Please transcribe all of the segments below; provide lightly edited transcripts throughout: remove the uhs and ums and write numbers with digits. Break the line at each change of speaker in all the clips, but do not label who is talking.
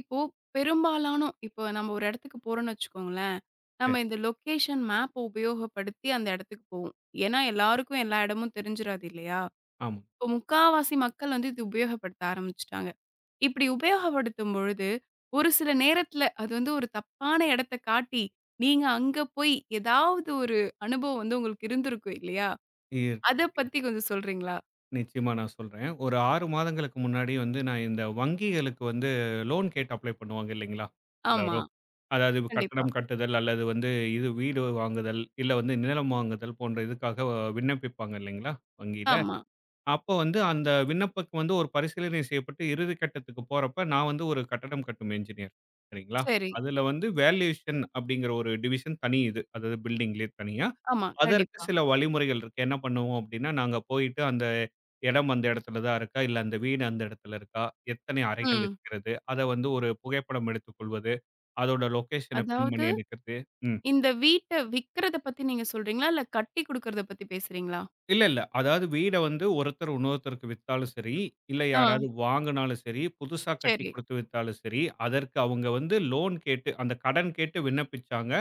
இப்போ பெரும்பாலான இப்போ நம்ம ஒரு இடத்துக்கு போறோம்ன்னு வச்சுக்கோங்களேன்,
சரி.
நம்ம இந்த லொக்கேஷன் மேப் உபயோகப்படுத்தி அந்த இடத்துக்கு போவோம். ஏன்னா, எல்லாருக்கும் எல்லா இடமும் தெரிஞ்சிராது இல்லையா?
ஆமா.
இப்போ முக்காவாசி மக்கள் வந்து இது உபயோகப்படுத்த ஆரம்பிச்சுட்டாங்க. இப்படி உபயோகப்படுத்தும் பொழுது, ஒரு சில நேரத்துல அது வந்து ஒரு தப்பான இடத்த காட்டி, நீங்க அங்க போய் ஏதாவது ஒரு அனுபவம் வந்து உங்களுக்கு இருந்திருக்கும் இல்லையா?
இருக்கு,
அத
இருக்கு.
பத்தி கொஞ்சம் சொல்றீங்களா?
நிச்சயமா நான் சொல்றேன். ஒரு 6 மாதங்களுக்கு முன்னாடி வந்து நான் இந்த வங்கிகளுக்கு வந்து லோன் கேட்டு அப்ளை பண்ணுவாங்க இல்லைங்களா?
ஆமா,
எல்லாரும். அதாவது இப்ப
கண்டிப்பா.
கட்டடம் கட்டுதல் அல்லது வந்து இது வீடு வாங்குதல், இல்ல வந்து நிலம் வாங்குதல் போன்ற இதுக்காக விண்ணப்பிப்பாங்க இல்லைங்களா? வங்கியில.
ஆமா.
அப்போ வந்து அந்த விண்ணப்பக்கு வந்து ஒரு பரிசீலனை செய்யப்பட்டு இறுதி கட்டத்துக்கு போறப்ப, நான் வந்து ஒரு கட்டடம் கட்டும் என்ஜினியர். சரிங்களா?
சரி.
அதுல வந்து வேல்யூஷன் அப்படிங்கிற ஒரு டிவிஷன் தனி இது. அதாவது பில்டிங்லயே தனியா.
ஆமா,
அதற்கு
கண்டிப்பா.
சில வழிமுறைகள் இருக்கு. என்ன பண்ணுவோம் அப்படின்னா, நாங்க போயிட்டு அந்த இடம் அந்த இடத்துல தான் இருக்கா? இல்ல அந்த வீடு அந்த இடத்துல இருக்கா? எத்தனை அறைகள்
ம்.
இருக்கிறது? அத வந்து ஒரு புகைப்படம் எடுத்துக் கொள்வது. அதோட லொகேஷன பின்
அதாவது
பண்ணி எடுக்கிறது. ம்.
இந்த வீட்ட விக்கிறத பத்தி நீங்க சொல்றீங்களா? இல்ல கட்டி குடுக்கறத பத்தி பேசுறீங்களா?
இல்ல, இல்ல. அதாவது வீட வந்து ஒருத்தர் இன்னொருத்தருக்கு வித்தாலும் சரி, இல்ல
ஆ,
யாராவது வாங்குனாலும் சரி, புதுசா கட்டி
சரி.
குடுத்து வித்தாலும் சரி, அதற்கு அவங்க வந்து லோன் கேட்டு, அந்த கடன் கேட்டு விண்ணப்பிச்சாங்க.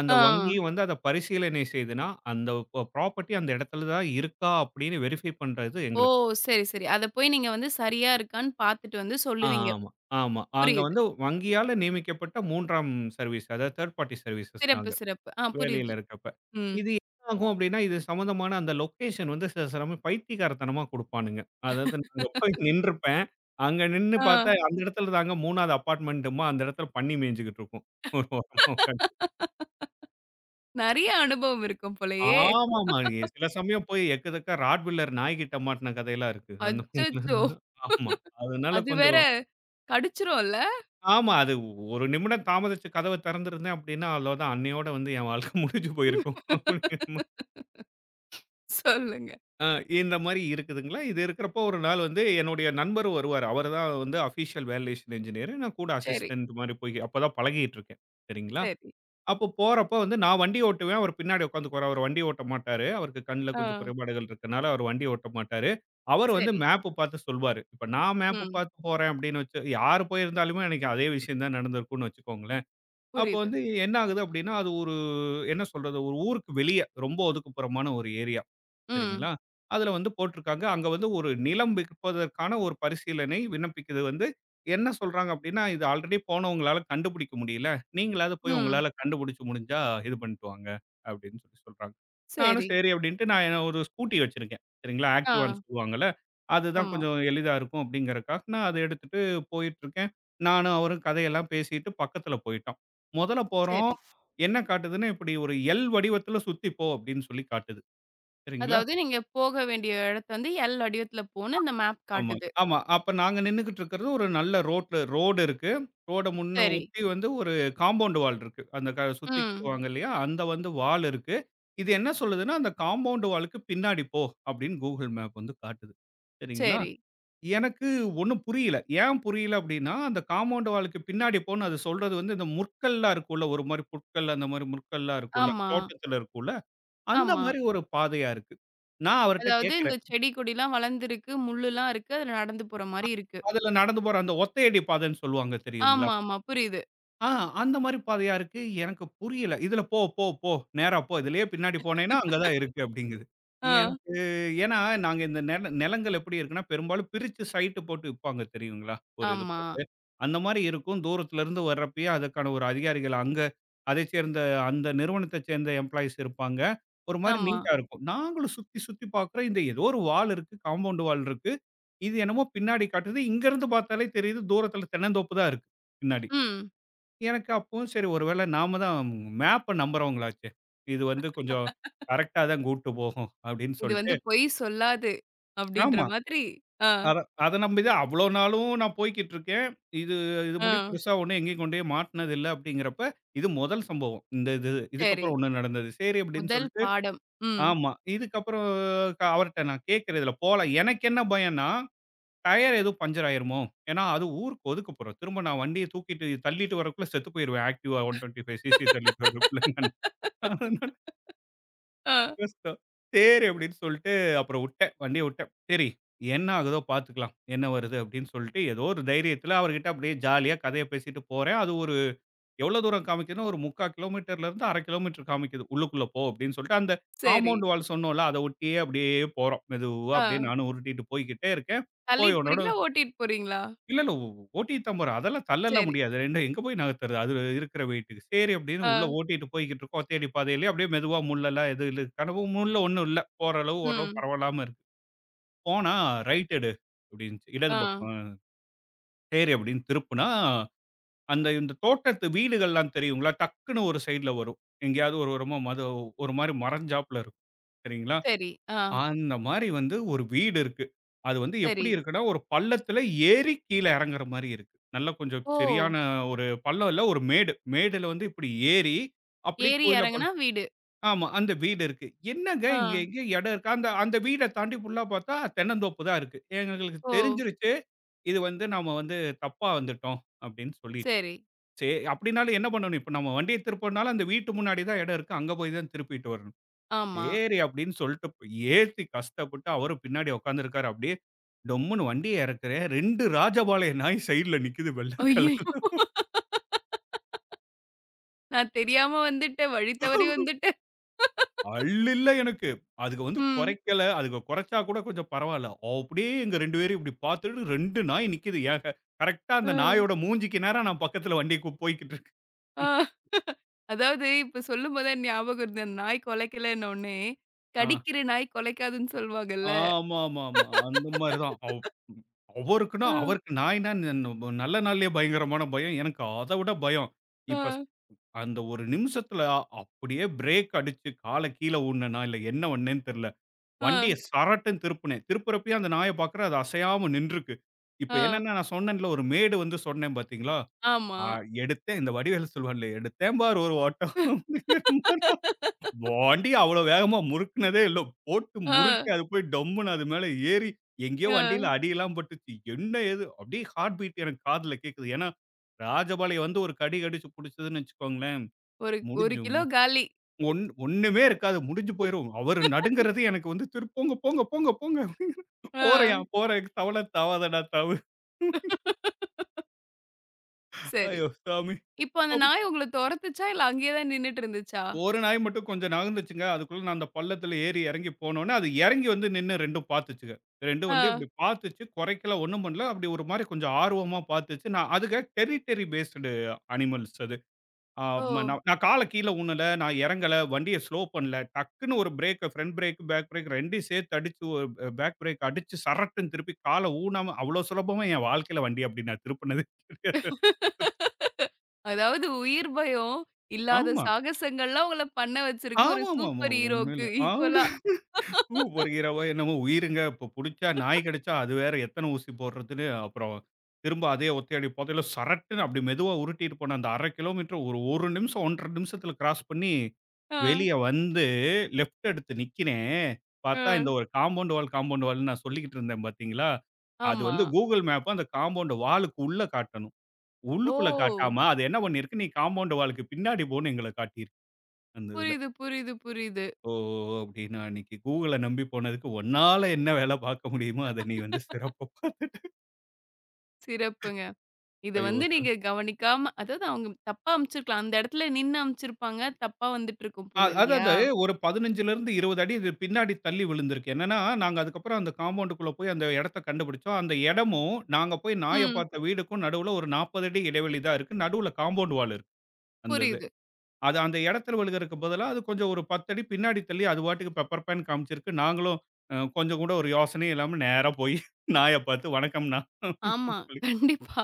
அந்த
ஆ.
வங்கியும் வந்து அத பரிசீலனை செய்துனா, அந்த ப்ராப்பர்ட்டி அந்த இடத்துல தான் இருக்கா அப்படின்னு வெரிஃபை பண்றது
ஓ!
எங்களுக்கு.
சரி, சரி. அத போய் நீங்க வந்து சரியா இருக்கான்னு பார்த்துட்டு வந்து சொல்லுவீங்க.
ஆமா, ஆமா. அங்க
புரியுது.
வந்து வங்கியால நியமிக்கப்பட்ட 3ஆம் சர்வீஸ், அதாவது 3 பார்ட்டி சர்வீசஸ்
சிறப்பு,
நாங்க.
சிறப்பு. ஆ புரியுது.
வேலையில இருக்கப்ப.
ம்.
இது என்ன ஆகும் அப்படின்னா, இது சம்மந்தமான அந்த லொக்கேஷன் வந்து சில சமயம் பைத்தியக்காரத்தனமா குடுப்பானுங்க. அதாவது நாங்க போய் நின்றுப்பேன். அங்க நின்னு பார்த்தா,
ஆ.
அந்த இடத்துல தாங்க 3வது அபார்ட்மெண்ட்டுமா அந்த இடத்துல பன்னி மேய்ஞ்சுகிட்டு இருக்கும். ஒரு ஓரமா உட்காந்து.
நெறைய அனுபவம் இருக்கும் போலயே!
ஆமாமா. ஏ, சில சமயம் போய் எக்கச்சக்க ராட்வில்லர் நாய்கிட்ட மாட்டுன கதையெல்லாம் இருக்கு. அந்த
அச்சச்சோ!
மாதிரி. ஆமா. அதனால
அது வேற
கொஞ்சம்.
கடிச்சிரும்ல?
ஆமா. அது ஒரு நிமிடம் தாமதிச்சு கதவ திறந்திருந்தேன் அப்படின்னா, அவ்வளோதான். அன்னையோட வந்து என் வாழ்க்கை முடிஞ்சு போயிருக்கும்.
சொல்லுங்க.
ஆ இந்த மாரி இருக்குதுங்களா? இது இருக்கிறப்போ ஒரு நாள் வந்து என்னுடைய நண்பரும் வருவாரு. அவரு தான் வந்து அஃபிஷியல் வேலிடேஷன் என்ஜினியர். நான் கூட
சரி,
அசிஸ்டன்ட் மாரி போய் அப்ப தான் பழகிட்டு இருக்கேன். சரிங்களா?
சரி.
அப்போ போறப்ப வந்து நான் வண்டி ஓட்டுவேன். அவர் பின்னாடி உட்காந்துக்குவாரு. அவரு வண்டி ஓட்ட மாட்டாரு. அவருக்கு கண்ல
ஆ.
கொஞ்சம் குறைபாடுகள் இருக்கனால அவர் வண்டி ஓட்ட மாட்டாரு. அவர் வந்து
சரி.
மேப் பார்த்து சொல்வாரு. இப்ப நான் மேப்
ம்.
பார்த்து போறேன் அப்படின்னு வச்சு யார் போயிருந்தாலுமே எனக்கு அதே விஷயம் தான் நடந்திருக்கும்னு வச்சுக்கோங்களேன். அப்போ
புரியுது.
வந்து என்ன ஆகுது அப்படின்னா, அது ஒரு என்ன சொல்றது? ஒரு ஊருக்கு வெளிய ரொம்ப ஒதுக்குப்புறமான ஒரு ஏரியா.
ம்.
சரிங்களா? அதுல வந்து போட்டிருக்காங்க. அங்க வந்து ஒரு நிலம் விற்பதற்கான ஒரு பரிசீலனை விண்ணப்பிக்குது வந்து என்ன சொல்றாங்க அப்டின்னா, "இது ஆல்ரெடி போனவங்களால கண்டுபிடிக்க முடியல. நீங்களாவது போய்
ம்.
உங்களால கண்டுபிடிச்சு முடிஞ்சா இது பண்ணிட்டு வாங்க" அப்டின்னு சொல்லி சொல்றாங்க. நானும்
சரி.
சரி அப்டின்ட்டு நான் என்ன ஒரு ஸ்கூட்டி வச்சிருக்கேன். சரிங்களா?
ஆ.
ஆக்டிவான்னு சொல்லுவாங்கல்ல. அதுதான்
ஆமா.
கொஞ்சம் எளிதா இருக்கும் அப்டிங்கிறக்காக நான் அத எடுத்துட்டு போயிட்டுருக்கேன். நானும் அவரும் கதையெல்லாம் பேசிட்டு பக்கத்துல போயிட்டோம். முதல்ல போறோம்.
சரி.
என்ன காட்டுதுன்னா, இப்டி ஒரு எல் வடிவத்துல சுத்தி போ அப்டின்னு சொல்லி காட்டுது. சரிங்களா?
அதாவது நீங்க போக வேண்டிய இடத்த வந்து எல் வடிவத்துல போன்னு அந்த மேப்
ஆமா,
காட்டுது.
ஆமா. அப்ப நாங்க நின்னுகிட்டு இருக்கிறது ஒரு நல்ல ரோட்ல ரோடு இருக்கு. ரோட முன்ன
சரி.
ஒட்டி வந்து ஒரு காம்பவுண்ட் வால் இருக்கு. அந்த சுத்தி
ம்.
கட்டுவாங்க இல்லையா? அந்த வந்து வால் இருக்கு. இது என்ன சொல்லுதுன்னா, அந்த காம்பவுண்ட் வாலுக்கு பின்னாடி போ அப்படின்னு கூகுள் மேப் வந்து காட்டுது. சரிங்களா?
சரி.
எனக்கு ஒண்ணும் புரியல. ஏன் புரியல அப்படின்னா, அந்த காம்பவுண்ட் வாலுக்கு பின்னாடி போன்னு அது சொல்றது வந்து இந்த முற்கள்லாம் இருக்கும்ல, ஒரு மாரி புற்கள் அந்த மாரி முற்கள்லாம் இருக்கும்ல,
ஆமா,
தோட்டத்துல இருக்கும்ல, அந்த
ஆமா.
மாரி ஒரு பாதையா இருக்கு. நான் அவர்ட்ட
அதாவது இந்த
கேட்கிறேன்.
செடி கொடிலாம் வளர்ந்திருக்கு, முள்ளுலாம் இருக்கு. அதுல நடந்து போற மாரி இருக்கு.
அதுல நடந்து போற அந்த ஒத்தையடி பாதைன்னு சொல்லுவாங்க தெரியுங்களா?
ஆமா, ஆமா. புரியுது.
ஆ அந்த மாரி பாதையா இருக்கு. எனக்கு புரியல. "இதுல போ, போ, போ. நேரா போ. இதுலயே பின்னாடி போனேன்னா அங்க தான் இருக்கு" அப்படிங்குது.
ஆ.
எனக்கு ஏன்னா நாங்க இந்த நெல நிலங்கள் எப்படி இருக்குன்னா, பெரும்பாலும் பிரிச்சு சைட்டு போட்டு விப்பாங்க தெரியுங்களா? ஒரு இது
ஆமா,
போட்டு. அந்த மாரி இருக்கும். தூரத்துல இருந்து வர்றப்பயே அதுக்கான ஒரு அதிகாரிகள் அங்க அதைச் சேர்ந்த அந்த நிறுவனத்தைச் சேர்ந்த எம்ப்ளாயீஸ் இருப்பாங்க. ஒரு மாரி
ஆமா.
நீட்டா இருக்கும். நாங்களும் சுத்தி சுத்தி பாக்குறோம். இந்த ஏதோ ஒரு வால் இருக்கு. காம்பவுண்ட் வால் இருக்கு. இது என்னமோ பின்னாடி காட்டுது. இங்க இருந்து பார்த்தாலே தெரியுது. தூரத்துல தென்னந்தோப்பு தான் இருக்கு பின்னாடி.
ம்.
எனக்கு அப்பவும் சரி ஒருவேளை நாம தான் மேப்ப நம்புறவங்களாச்சே! இது வந்து கொஞ்சம் கரெக்ட்டா தான் கூட்டு போகும் அப்படின்னு
இது
சொல்ட்டு
வந்து பொய் சொல்லாது அப்படின்ற
ஆமா.
மாதிரி. ஆ,
அத அத நம்பி தான் அவ்ளோ நாளும் நான் போய்க்கிட்டு இருக்கேன். இது இது
ஆ.
முடிய பெருசா ஒண்ணும் எங்கேயும் கொண்டு போய் மாட்டுனது இல்ல அப்படிங்கிறப்ப, இது முதல் சம்பவம். இந்த இது
சரி.
இதுக்கப்புறம் ஒண்ணு நடந்தது. சரி அப்படின்னு
முதல்
சொல்ட்டு
பாடம். ம்.
ஆமா. இதுக்கப்புறம் அவர்ட்ட நான் கேட்கிறேன் இதுல போலாம். எனக்கு என்ன பயம்ன்னா, டயர் எதுவும் பஞ்சர் ஆயிருமோ? ஏன்னா அது ஊருக்கு ஒதுக்கப்புறம். திரும்ப நான் வண்டிய தூக்கிட்டு தள்ளிட்டு வரக்குள்ள செத்து போயிருவேன். ஆக்டிவா 125 சிசி தள்ளிட்டு வரக்குள்ள. அதுதான்
ஆ.
கஷ்டம். சரி அப்படின்னு சொல்லிட்டு அப்புறம் விட்டேன். வண்டிய விட்டேன். சரி என்ன ஆகுதோ பார்த்துக்கலாம். என்ன வருது அப்படின்னு சொல்லிட்டு ஏதோ ஒரு தைரியத்தில அவர்கிட்ட அப்படியே ஜாலியா கதைய பேசிட்டு போறேன். அது ஒரு எவ்வளோ தூரம் காமிக்குதுன்னா, ஒரு 3/4 கிலோமீட்டர்ல இருந்து 1/2 கிலோமீட்டர் காமிக்குது. உள்ளுக்குள்ள போ அப்படின்னு சொல்லிட்டு அந்த
சரி.
காம்பவுண்ட் வால் சொன்னோம்ல, அத ஒட்டியே அப்படியே போறோம். மெதுவா
ஆ.
அப்படியே நானும் உருட்டிட்டு போய்க்கிட்டே இருக்கேன். போய்
தள்ளிட்டு
உன்னோட
போறீங்களா? ஓட்டிட்டு போறீங்களா?
இல்ல, இல்ல. ஓட்டிட்டு தான் போறேன். அதெல்லாம் தள்ளலாம்
சரி.
முடியாது. 2 எங்க போய் நகர்த்துறது? அது இருக்கிற வெயிட்டுக்கு. சரி அப்படின்னு
ஆ,
உள்ள ஓட்டிட்டு போய்க்கிட்டு இருக்கோம். தேடி பாதையிலே அப்படியே மெதுவா முள்ளெல்லாம் எதுவும் இல்ல. கனவு முள்ள ஒண்ணும் இல்ல. போற அளவு ஓரளவு
ம்.
பரவாயில்லாம இருக்கு. போனா ரைட் எடு அப்படின்னுச்சு.
ஆ.
இடது பக்கம். சரி அப்படின்னு திருப்புனா, அந்த இந்த தோட்டத்து வீடுகள்லாம் தெரியுங்களா? டக்குன்னு ஒரு சைடுல வரும். எங்கேயாவது ஒரு ஓரமா ஒரு மாரி மறைஞ்சாப்புல இருக்கும். சரிங்களா?
சரி. ஆ,
அந்த மாரி வந்து ஒரு வீடு இருக்கு. அது வந்து
சரி.
எப்படி இருக்குன்னா, ஒரு பள்ளத்துல ஏறி கீழ இறங்குற மாரி இருக்கு. நல்லா கொஞ்சம்
ஓ!
சரியான ஒரு பள்ளம் இல்ல, ஒரு மேடு. மேடுல வந்து இப்படி ஏறி, அப்படியே
ஏறி
கோயில ப
இறங்குனா வீடு.
ஆமா, அந்த வீடு இருக்கு. என்னங்க
ஆ.
இங்க எங்க இடம் இருக்கா? அந்த அந்த வீட தாண்டி ஃபுல்லா பார்த்தா தென்னந்தோப்பு தான் இருக்கு. எங்களுக்கு
ஓ!
தெரிஞ்சிருச்சு, இது வந்து நாம வந்து தப்பா வந்துட்டோம் அப்படின்னு சொல்லிட்டு.
சரி.
சே அப்படின்னாலும் என்ன பண்ணணும்? இப்ப நம்ம வண்டிய திருப்பனாலும் அந்த வீட்டு முன்னாடி தான் இடம் இருக்கு. அங்க போய் தான் திருப்பிட்டு வரணும்.
ஆமா.
சரி அப்படின்னு சொல்லிட்டு ஏத்தி கஷ்டப்பட்டு அவரும் பின்னாடி உட்காந்துருக்காரு அப்படியே டொம்முன்னு வண்டிய இறக்குறேன் 2 ராஜபாளைய நாய் சைடுல நிக்குது வெள்ள
ஐயய்யோ!
கலர்ல.
நான் தெரியாம வந்துட்டேன். வழி தவறி வந்துட்டேன்.
அள்ளில்ல எனக்கு. அதுக வந்து
ம்.
குறைக்கல. அதுக குறைச்சா கூட கொஞ்சம் பரவால்ல. அப்படியே எங்க 2 பேரையும் இப்படி பார்த்துட்டு 2 நாய் நிக்குது. ஏன் கரெக்ட்டா
அ,
அந்த நாயோட மூஞ்சிக்கு நேரா நான் பக்கத்துல வண்டி போய்க்கிட்டு இருக்கு.
ஆ. அதாவது இப்ப சொல்லும்போது தான் ஞாபகம் இருந்தது. அந்த நாய் கொலைக்கலன்ன உடனே,
ஆ.
"கடிக்கிற நாய் கொலைக்காதுன்னு" சொல்வாங்கல்ல.
ஆமாமாமா. அந்த மாரி தான். அவருக்குன்னா
ஆ,
அவருக்கு நாய்னா ந ந- நல்ல நாள்லயே பயங்கரமான பயம். எனக்கு அத விட பயம். இப்ப
ஆ,
அந்த ஒரு நிமிஷத்துல அப்படியே பிரேக் அடிச்சு கால கீழ ஊடுனேனா, இல்ல என்ன பண்ணேன்னு தெரியல.
ஆ,
வண்டிய சரட்டுன்னு திருப்புனேன். திருப்புறப்பயும் அந்த நாய பார்க்குறேன். அது அசையாம நின்றுக்கு. இப்ப
ஆ.
என்னன்னா, நான் சொன்னேன்ல ஒரு மேடு வந்து சொன்னேன் பார்த்தீங்களா?
ஆமா.
அ எடுத்தேன் இந்த வடிவேலு சொல்லுவான்ல, "எடுத்தேன் பார் ஒரு ஓட்டம்" அப்படிங்கிற மாரி வண்டிய அவ்வளோ வேகமா முறுக்குனதே இல்ல. போட்டு முறுக்கி
ஆ,
அது போய் டம்முன்னு அது மேல ஏறி, எங்கேயோ வண்டியில
ஆ.
அடியெல்லாம் பட்டுச்சு. என்ன ஏது? அப்படியே ஹார்ட் பீட் எனக்கு காதுல கேட்குது. ஏன்னா, ராஜபாளையம் வந்து ஒரு கடி கடிச்சு புடிச்சதுன்னு வச்சுக்கோங்களேன்.
ஒரு 1
முடிஞ்சும்.
கிலோ காலி.
ஒண்ணுமே இருக்காது. முடிஞ்சு போயிரும். அவரு நடுங்குறது எனக்கு வந்து திரு போங்க, போங்க, போங்க, போங்க அப்படிங்கிற
ஆ.
போறயா போறேன். தவள தாவாதடா தாவு.
சரி.
ஐயோ சாமி!
இப்போ அந்த
அப்
நாய் உங்கள தொரத்துச்சா? இல்ல அங்கேயே தான் நின்னுட்டு இருந்துச்சா?
ஒரு நாய் மட்டும் கொஞ்சம் நகர்ந்துச்சுங்க. அதுக்குள்ள நான் அந்த பள்ளத்துல ஏறி இறங்கி போனோனே, அது இறங்கி வந்து நின்னு 2ம் பாத்துச்சுங்க. 2ம் வந்து
ஆ.
இப்படி பாத்துச்சு. குறைக்கல, ஒண்ணும் பண்ணல. அப்படி ஒரு மாரி கொஞ்சம் ஆர்வமா பாத்துச்சு. நான் அதுக டெரிட்டரி பேஸ்டு அனிமல்ஸ் அது.
ஓ!
ஆமா. நான் நான் கால கீழ ஊணல. நான் இறங்கல. வண்டிய ஸ்லோ பண்ணல. டக்குன்னு ஒரு brake front brake, back brake 2யும் சேர்த்து அடிச்சு ஒரு பேக் பிரேக் அடிச்சு சரட்டுன்னு திருப்பி கால ஊனாம அவ்ளோ சுலபமா என் வாழ்க்கையில வண்டி அப்படி நான் திருப்புனதே கிடையாது.
அதாவது உயிர் பயம் இல்லாத
ஆமா.
சாகசங்கள்லாம் உங்கள பண்ண வச்சிருக்கு ஒரு
ஆமாமாமா.
சூப்பர்
உண்மையில.
ஹீரோக்கு
ஆ
ஈக்குவலா.
பூ பொரிக்கிறவோ என்னமோ உயிருங்க. இப்ப புடிச்சா நாய் கடிச்சா, அது வேற எத்தன ஊசி போடுறதுன்னு, அப்புறம் திரும்ப அதே ஒத்தையடி புதையல்ல சரட்டுன்னு அப்படி மெதுவா உருட்டிட்டு போன அந்த 1/2 கிலோமீட்டர் ஒரு 1 நிமிஷம் 1 1/2 நிமிஷத்துல கிராஸ் பண்ணி,
ஆ.
வெளிய வந்து லெஃப்ட் எடுத்து நிக்கிறேன். பார்த்தா இந்த
ம்.
ஒரு காம்பவுண்ட் வால், காம்பவுண்ட் வால்ன்னு நான் சொல்லிக்கிட்டு இருந்தேன் பார்த்தீங்களா? அது
ஆமா.
வந்து Google மேப் அந்த காம்பவுண்ட் வாலுக்கு உள்ள காட்டணும்.
ஓ!
உள்ளுக்குள்ள காட்டாம, அது என்ன பண்ணியிருக்கு, "நீ காம்பவுண்ட் வாலுக்கு பின்னாடி போன்னு" எங்கள காட்டியிருக்கு அந்த இதுல.
புரியுது, புரியுது, புரியுது.
ஓ! ஓ! அப்டின்னா அன்னைக்கு கூகுள நம்பி போனதுக்கு உன்னால என்ன வேல பார்க்க முடியுமோ, அத நீ வந்து சிறப்பா பார்த்த.
சிறப்புங்க. இது
ஐயோ!
வந்து
சாமி.
நீங்க கவனிக்காம அதாவது அவங்க தப்பா அனுப்பிச்சிருக்கலாம். அந்த இடத்துல நின்னு அனுப்பிச்சிருப்பாங்க. தப்பா வந்துட்டு இருக்கும் போல இல்லையா?
அதாவது ஒரு 15லிருந்து 20 அடி இது பின்னாடி தள்ளி விழுந்திருக்கு. என்னன்னா, நாங்க அதுக்கப்புறம் அந்த காம்பவுண்டுக்குள்ள போய் அந்த இடத்த கண்டுபிடிச்சோம். அந்த இடமும், நாங்க போய் நாய
ம்.
பார்த்த வீடுக்கும் நடுவுல ஒரு 40 அடி இடைவெளி தான் இருக்கு. நடுவுல காம்பவுண்ட் வால் இருக்கு. அந்த இது.
புரியுது.
அது அந்த இடத்துல விழுகறக்கு பதிலா, அது கொஞ்சம் ஒரு 10 அடி பின்னாடி தள்ளி அது பாட்டுக்கு பெப்பர் பேன் காமிச்சிருக்கு. நாங்களும் கொஞ்சம் கூட ஒரு யோசனையும் இல்லாம நேரா போய் நாய பார்த்து வணக்கம்ண்ணா
ஆமா.
அப்டின்னு சொல்லி.
கண்டிப்பா.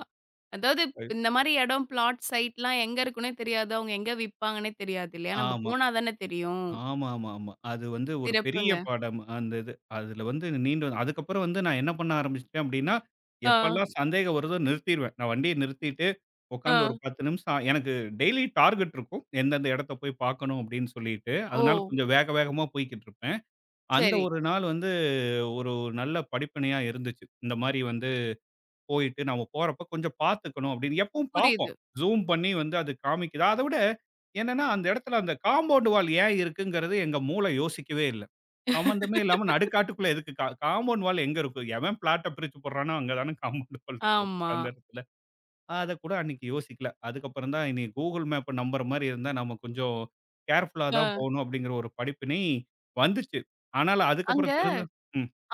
அதாவது இந்த மாரி இடம், பிளாட், சைட்லாம் எங்க இருக்குன்னே தெரியாது. அவங்க எங்க விப்பாங்கன்னே தெரியாது இல்லையா? நம்ம
ஆமா.
போனா தானே தெரியும்.
ஆமா, ஆமா, ஆமா. அது வந்து ஒரு பெரிய
சிறப்புங்க.
பாடம். அந்த இது. அதுல வந்து நீண்டு வந்து- அதுக்கப்புறம் வந்து நான் என்ன பண்ண ஆரம்பிச்சுட்டேன் அப்டின்னா,
ஆ,
எப்பல்லாம் சந்தேகம் வருதோ நிறுத்திருவேன். நான் வண்டிய நிறுத்திட்டு
ஆ.
உட்காந்து ஒரு 10 நிமிஷம் எனக்கு டெய்லி டார்கெட் இருக்கும். எந்தெந்த இடத்த போய் பார்க்கணும் அப்டின்னு சொல்லிட்டு.
ஓ!
அதனால கொஞ்சம் வேக வேகமா போய்க்கிட்டு இருப்பேன். அந்த
சரி.
ஒரு நாள் வந்து ஒரு நல்ல படிப்பினையா இருந்துச்சு. இந்த மாரி வந்து போயிட்டு நாம போறப்ப கொஞ்சம் பார்த்துக்கணும் அப்படின்னு எப்பவும் பார்ப்போம்.
புரியுது.
ஜூம் பண்ணி வந்து அது காமிக்குதா? அத விட என்னன்னா, அந்த இடத்துல அந்த காம்பவுண்ட் வால் ஏன் இருக்குங்கிறது எங்க மூளை யோசிக்கவே இல்ல. சம்மந்தமே இல்லாம நடுக்காட்டுக்குள்ள எதுக்கு காம்பவுண்ட் வால் எங்க இருக்கும்? எவன் பிளாட்ட பிரிச்சு போடுறானோ அங்க தான காம்பவுண்ட் வால் இருக்கும்
ஆமா.
அந்த இடத்துல. அத கூட அன்னைக்கு யோசிக்கல. அதுக்கப்புறம் தான் இனி கூகுள் மேப்ப நம்புற மாரி இருந்தா நம்ம கொஞ்சம் கேர்ஃபுல்லா
ஆ.
தான் போணும் அப்படிங்கிற ஒரு படிப்பினை வந்துச்சு. ஆனாலும்
அங்க
அதுக்கப்புறம் திருந்த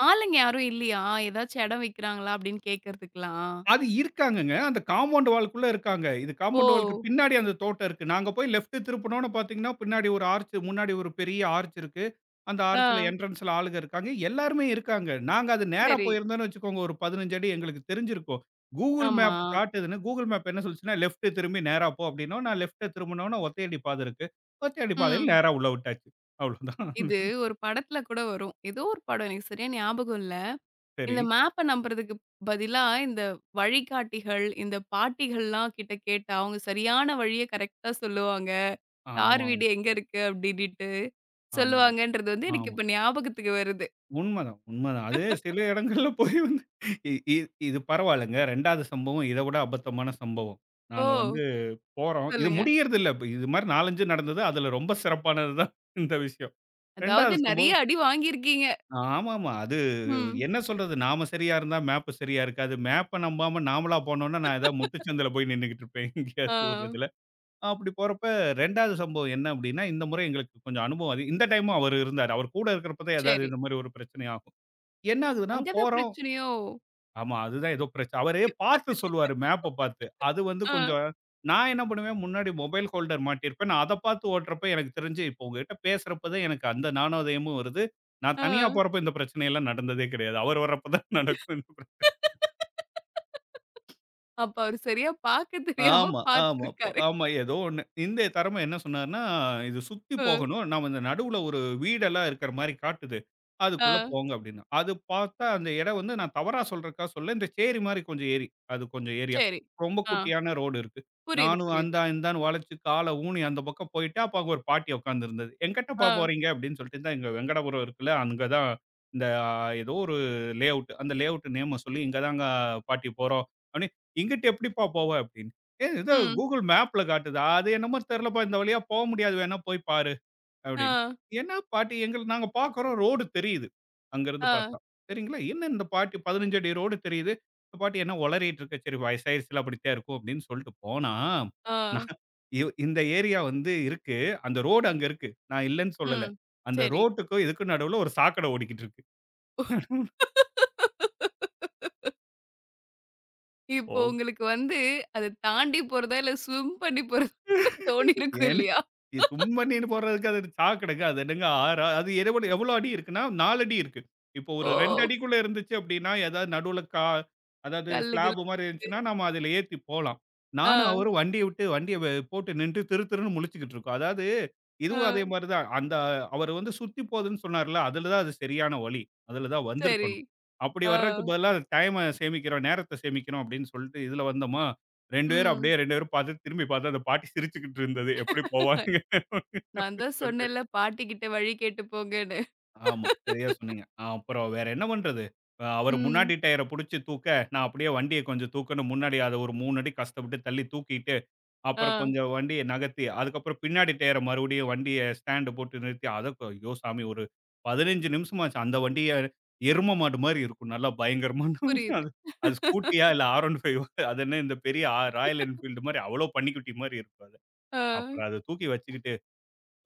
ஆளுங்க யாரும் இல்லையா? ஏதாச்சும் இடம் விக்கிறாங்களா அப்படின்னு கேட்கறதுக்கலாம்?
அது இருக்காங்கங்க. அந்த காம்பவுண்ட் வால்க்குள்ள இருக்காங்க. இது
ஓ!
காம்பவுண்ட் வால்க்கு பின்னாடி அந்த தோட்டம் இருக்கு. நாங்க போய் லெஃப்ட் திருப்புனோம்னு பார்த்தீங்கன்னா, பின்னாடி ஒரு ஆர்ச் முன்னாடி ஒரு பெரிய ஆர்ச் இருக்கு. அந்த
ஆ.
ஆர்ச்ல என்ட்ரன்ஸ்ல ஆளுங்க இருக்காங்க. எல்லாருமே இருக்காங்க. நாங்க அது நேரா
சரி.
போயிருந்தோம்னு வச்சுக்கோங்க, ஒரு 15 அடி எங்களுக்கு தெரிஞ்சிருக்கும். Google
ஆமா.
மேப் காட்டுதுன்னு Google மேப் என்ன சொல்லுச்சுன்னா, லெஃப்ட் திரும்பி நேரா போ அப்படின்னோம். நான் லெஃப்ட்ட திரும்புனோம்னா ஒத்தையடி பாதை இருக்கு. ஒத்தையடி பாதையில
ம்.
நேரா உள்ள விட்டாச்சு. அவ்வளோதான்.
இது ஒரு படத்துல கூட வரும். ஏதோ ஒரு படம். எனக்கு சரியா ஞாபகம் இல்ல.
சரி.
இந்த மேப்ப நம்புறதுக்கு பதிலா, இந்த வழிகாட்டிகள், இந்த பாட்டிகள்லாம் கிட்ட கேட்டா, அவங்க சரியான வழிய கரெக்ட்டா சொல்லுவாங்க. தார்
ஆமாமா.
வீடு எங்க இருக்கு அப்டின்னிட்டு
ஆமாமா.
சொல்லுவாங்கன்றது வந்து
ஆமா.
எனக்கு
ஆமா
இப்ப ஞாபகத்துக்கு வருது.
உண்மதான், உண்மதான். அது சில இடங்கள்ல போய் வந்து இ இ இது பரவாயில்லங்க. 2வது சம்பவம் இத விட அபத்தமான சம்பவம்.
ஓ!
நாங்க வந்து போறோம். இது
சொல்லுங்க.
முடியறதில்ல. இப்ப இது மாரி 4, 5 நடந்தது. அதுல ரொம்ப சிறப்பானது தான் இந்த விஷயம்.
அதாவது
2வது
நெறைய
சம்பவம்
அடி வாங்கியிருக்கீங்க.
ஆமாமா. அது
ம்.
என்ன சொல்றது? நாம சரியா இருந்தா மேப் சரியா இருக்காது. மேப்ப நம்பாம நாமளா போனோம்னா, நான் ஏதாவது முட்டுச்சந்தில போய் நின்னுகிட்டு இருப்பேன்.
ஆ.
எங்கேயாவது ஒரு இதுல. அப்படி போறப்ப 2வது சம்பவம் என்ன அப்படின்னா, இந்த முறை எங்களுக்கு கொஞ்சம் அனுபவம் அது. இந்த டைமும் அவரு இருந்தாரு. அவர் கூட இருக்கிறப்ப தான் ஏதாவது
சரி.
இந்த மாரி ஒரு பிரச்சனை ஆகும். என்ன ஆகுதுன்னா
அங்க தான்
போறோம்.
பிரச்சனையோ?
ஆமா, அதுதான் ஏதோ பிரச்ச அவரே பார்த்து சொல்லுவாரு மேப்ப பார்த்து. அது வந்து
ஆ,
கொஞ்சம் நான் என்ன பண்ணுவேன், முன்னாடி மொபைல் ஹோல்டர் மாட்டியிருப்பேன். நான் அத பார்த்து ஓட்டுறப்ப எனக்கு தெரிஞ்சு, இப்போ உங்ககிட்ட பேசுறப்ப தான் எனக்கு அந்த ஞானோதயமும் வருது. நான்
ஆ.
தனியா போறப்ப இந்த பிரச்சனையெல்லாம் நடந்ததே கிடையாது. அவர் வர்றப்ப தான் நடக்கும்.
அப்ப அவரு சரியா பாக்க தெரியாம
ஆமா, ஆமா.
பார்த்துருக்காரு.
ஆமா. ஏதோ ஒண்ணு. இந்திய தரமா என்ன சொன்னார்ன்னா, "இது சுத்தி
அ,
போகணும். நாம இந்த நடுவுல ஒரு வீடெல்லாம் இருக்கிற மாரி காட்டுது.
ஆ.
அதுக்குள்ள போங்க" அப்டின்னா. அது பார்த்தா அந்த இடம் வந்து நான் தவறா சொல்றதுக்கா சொல்லல. இந்த சேரி மாரி கொஞ்சம் ஏரி. அது கொஞ்சம் ஏரியா.
சரி.
ரொம்ப
ஆ.
குட்டியான ரோடு இருக்கு.
புரியுது,
நானும்
புரியுது.
அந்தான் இந்தான்னு வளைச்சு கால ஊனி அந்த பக்கம் போயிட்டேன். அப்ப அங்க ஒரு பாட்டி உட்கார்ந்திருந்தது. "எங்கிட்டப்பா
ஆ.
போறீங்க?" அப்டின்னு சொல்லிட்டு, "இந்தா இங்க வெங்கடாபுரம் இருக்குல்ல, அங்க தான் இந்த ஏதோ ஒரு லே அவுட். அந்த லே அவுட் நேம சொல்லி, இங்க தாங்க பாட்டி போறோம்" அப்டின்னு. "எங்கிட்டு எப்படிப்பா போவ?" அப்டின்னு. ஏ இது
ம்.
கூகுள் மேப்ல காட்டுதா? அது என்னமோ தெரியலப்பா, இந்த வழியா போ முடியாது. வேணா போய் பாரு
ஆ,
அப்படின்னு. என்ன பாட்டி எங்களுக்கு நாங்க பார்க்குறோம் ரோடு தெரியுது. அங்கருந்து
ஆ,
பார்த்தா. சரிங்களா? என்ன இந்த பாட்டி 15 அடி ரோடு தெரியுது. இந்த பாட்டி என்ன உளறிட்டு இருக்கு. சரி வயசாயிருச்சுல அப்படித்தான் இருக்கும் அப்படின்னு சொல்லிட்டு போனா,
ஆ,
நான் இந்த ஏரியா வந்து இருக்கு. அந்த ரோடு அங்க இருக்கு. நான் இல்லன்னு சொல்லல.
ம்.
அந்த
சரி.
ரோட்டுக்கும் இதுக்கும் நடுவுல ஒரு சாக்கடை ஓடிக்கிட்டு இருக்கு. ஓ!
இப்போ உங்களுக்கு வந்து அத தாண்டி போறதா, இல்ல ஸ்விம் பண்ணி போறதான்னு தோணியிருக்கும்
ஏன்னு
இல்லையா?
இது சும்மா நீர் போடுறதுக்கு அது சாக்கடைங்க. அது என்னங்க 6 அது எவ்வளோ எவ்வளோ அடி இருக்குன்னா, 4 அடி இருக்கு. இப்போ ஒரு 2
ஓ!
அடிக்குள்ள இருந்துச்சு அப்படின்னா, ஏதாவது நடுவுல அதாவது
கல்லு
ஸ்லாப்
கில்லு.
மாரி இருந்துச்சுன்னா, நாம அதில ஏத்தி போலாம்.
ஆ,
நானும் அவரும் வண்டிய விட்டு வண்டிய போட்டு நின்னுட்டு திரு திருன்னு முழிச்சுக்கிட்டு இருக்கோம். அதாவது
ஆ,
இதுவும் அதே மாரி தான். அந்த அவரு வந்து சுத்தி போகுதுன்னு சொன்னார்ல, அதில தான் அது சரியான வழி. அதில தான்
சரி.
வந்திருக்கணும். அப்படி
ஆ,
வர்றதுக்கு பதிலா டைம சேமிக்கிறோம், நேரத்த சேமிக்கிறோம் அப்படின்னு சொல்லிட்டு இதில வந்தோமா 2 பேரும்
ம்.
அப்படியே 2 பேரும் பார்த்து திரும்பி பார்த்தா அந்த பாட்டி சிரிச்சுக்கிட்டு இருந்தது. எப்படி போவானுங்க அப்படின்னு
நான் தான்
சொல்லிட்டு.
சொன்னேன்ல பாட்டி கிட்ட வழி கேட்டு போங்கன்னு.
ஆமா. சரியா சொன்னீங்க. அப்புறம் வேற என்ன பண்றது? அவரு
ம்.
முன்னாடி டயர புடிச்சு தூக்க, நான் அப்படியே வண்டிய கொஞ்சம் தூக்கன்னு முன்னாடி அத ஒரு 3 அடி கஷ்டப்பட்டு தள்ளி தூக்கிட்டு, அப்புறம்
ஆ,
கொஞ்சம் வண்டிய நகர்த்தி, அதுக்கப்புறம் பின்னாடி டயர மறுபடியும் வண்டிய ஸ்டாண்டு போட்டு நிறுத்தி, அதக்கு ஐயோ சாமி! ஒரு 15 நிமிஷமாச்சு. அந்த வண்டிய எரும மாடு மாரி இருக்கும். நல்லா பயங்கரமா
புரியுது.
அது அது ஸ்கூட்டியா இல்ல R15 அது என்ன இந்த பெரிய ராயல் என்ஃபீல்டு மாரி அவ்வளோ பன்னிக்குட்டி மாரி இருக்கும் அது.
ஆ.
அப்புறம் அத தூக்கி வச்சுக்கிட்டு,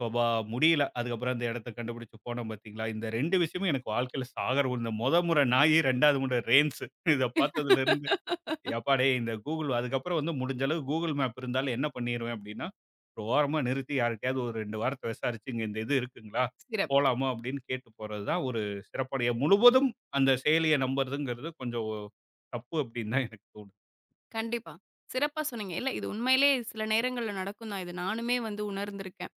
அப்பா முடியல. அதுக்கப்புறம் அந்த இடத்த கண்டுபிடிச்சு போனோம் பார்த்தீங்களா? இந்த 2 விஷயமும் எனக்கு வாழ்க்கையில சாகர விழுந்த மொத முறை நாயி, 2வது முறை ரேன்ஸ். இத பார்த்ததுலருந்து, எப்பா டேய்! இந்த கூகுள் அதுக்கப்புறம் வந்து முடிஞ்ச அளவு கூகுள் மேப் இருந்தாலும் என்ன பண்ணிருவேன் அப்டின்னா, ஒரு ஓரமா நிறுத்தி யார்ட்டயாவது ஒரு 2 வார்த்தை விசாரிச்சு, "இங்க இந்த இது இருக்குங்களா?
சிறப்பு.
போலாமா?" அப்படின்னு கேட்டு போறது தான் ஒரு சிறப்பான முழுவதும் அந்த செயலிய நம்புறதுங்கிறது கொஞ்சம் தப்பு அப்படின்னு தான் எனக்கு தோணுது.
கண்டிப்பா. சிறப்பா சொன்னீங்க. இல்ல இது உண்மையிலே சில நேரங்கள்ல நடக்கும் தான். இது நானுமே வந்து உணர்ந்திருக்கேன்.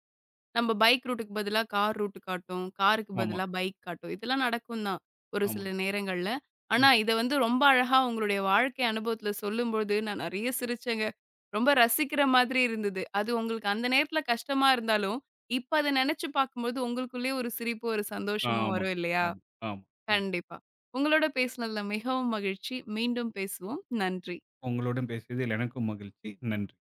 நம்ம பைக் ரூட்டுக்கு பதிலா கார் ரூட் காட்டும். காருக்கு
ஆமா,
பதிலா பைக் காட்டும். இதெல்லாம் நடக்கும் தான், ஒரு
ஆமாங்க.
சில நேரங்கள்ல. ஆனா,
ம்.
இத வந்து ரொம்ப அழகா உங்களுடைய வாழ்க்கை அனுபவத்துல சொல்லும்போது, நான் நெறைய சிரிச்சேங்க. ரொம்ப ரசிக்கிற மாதிரி இருந்தது. அது உங்களுக்கு அந்த நேரத்துல கஷ்டமா இருந்தாலும், இப்ப அத நெனச்சு பார்க்கும்போது உங்களுக்குள்ளயே ஒரு சிரிப்பு, ஒரு சந்தோஷமும்
ஆமாங்க.
வரும் இல்லையா?
ஆமா, ஆமா, ஆமா.
கண்டிப்பா. உங்களோட பேசினதுல மிகவும் மகிழ்ச்சி. மீண்டும் பேசுவோம். நன்றி.
உங்களுடன் பேசியதில் எனக்கும் மகிழ்ச்சி. நன்றி.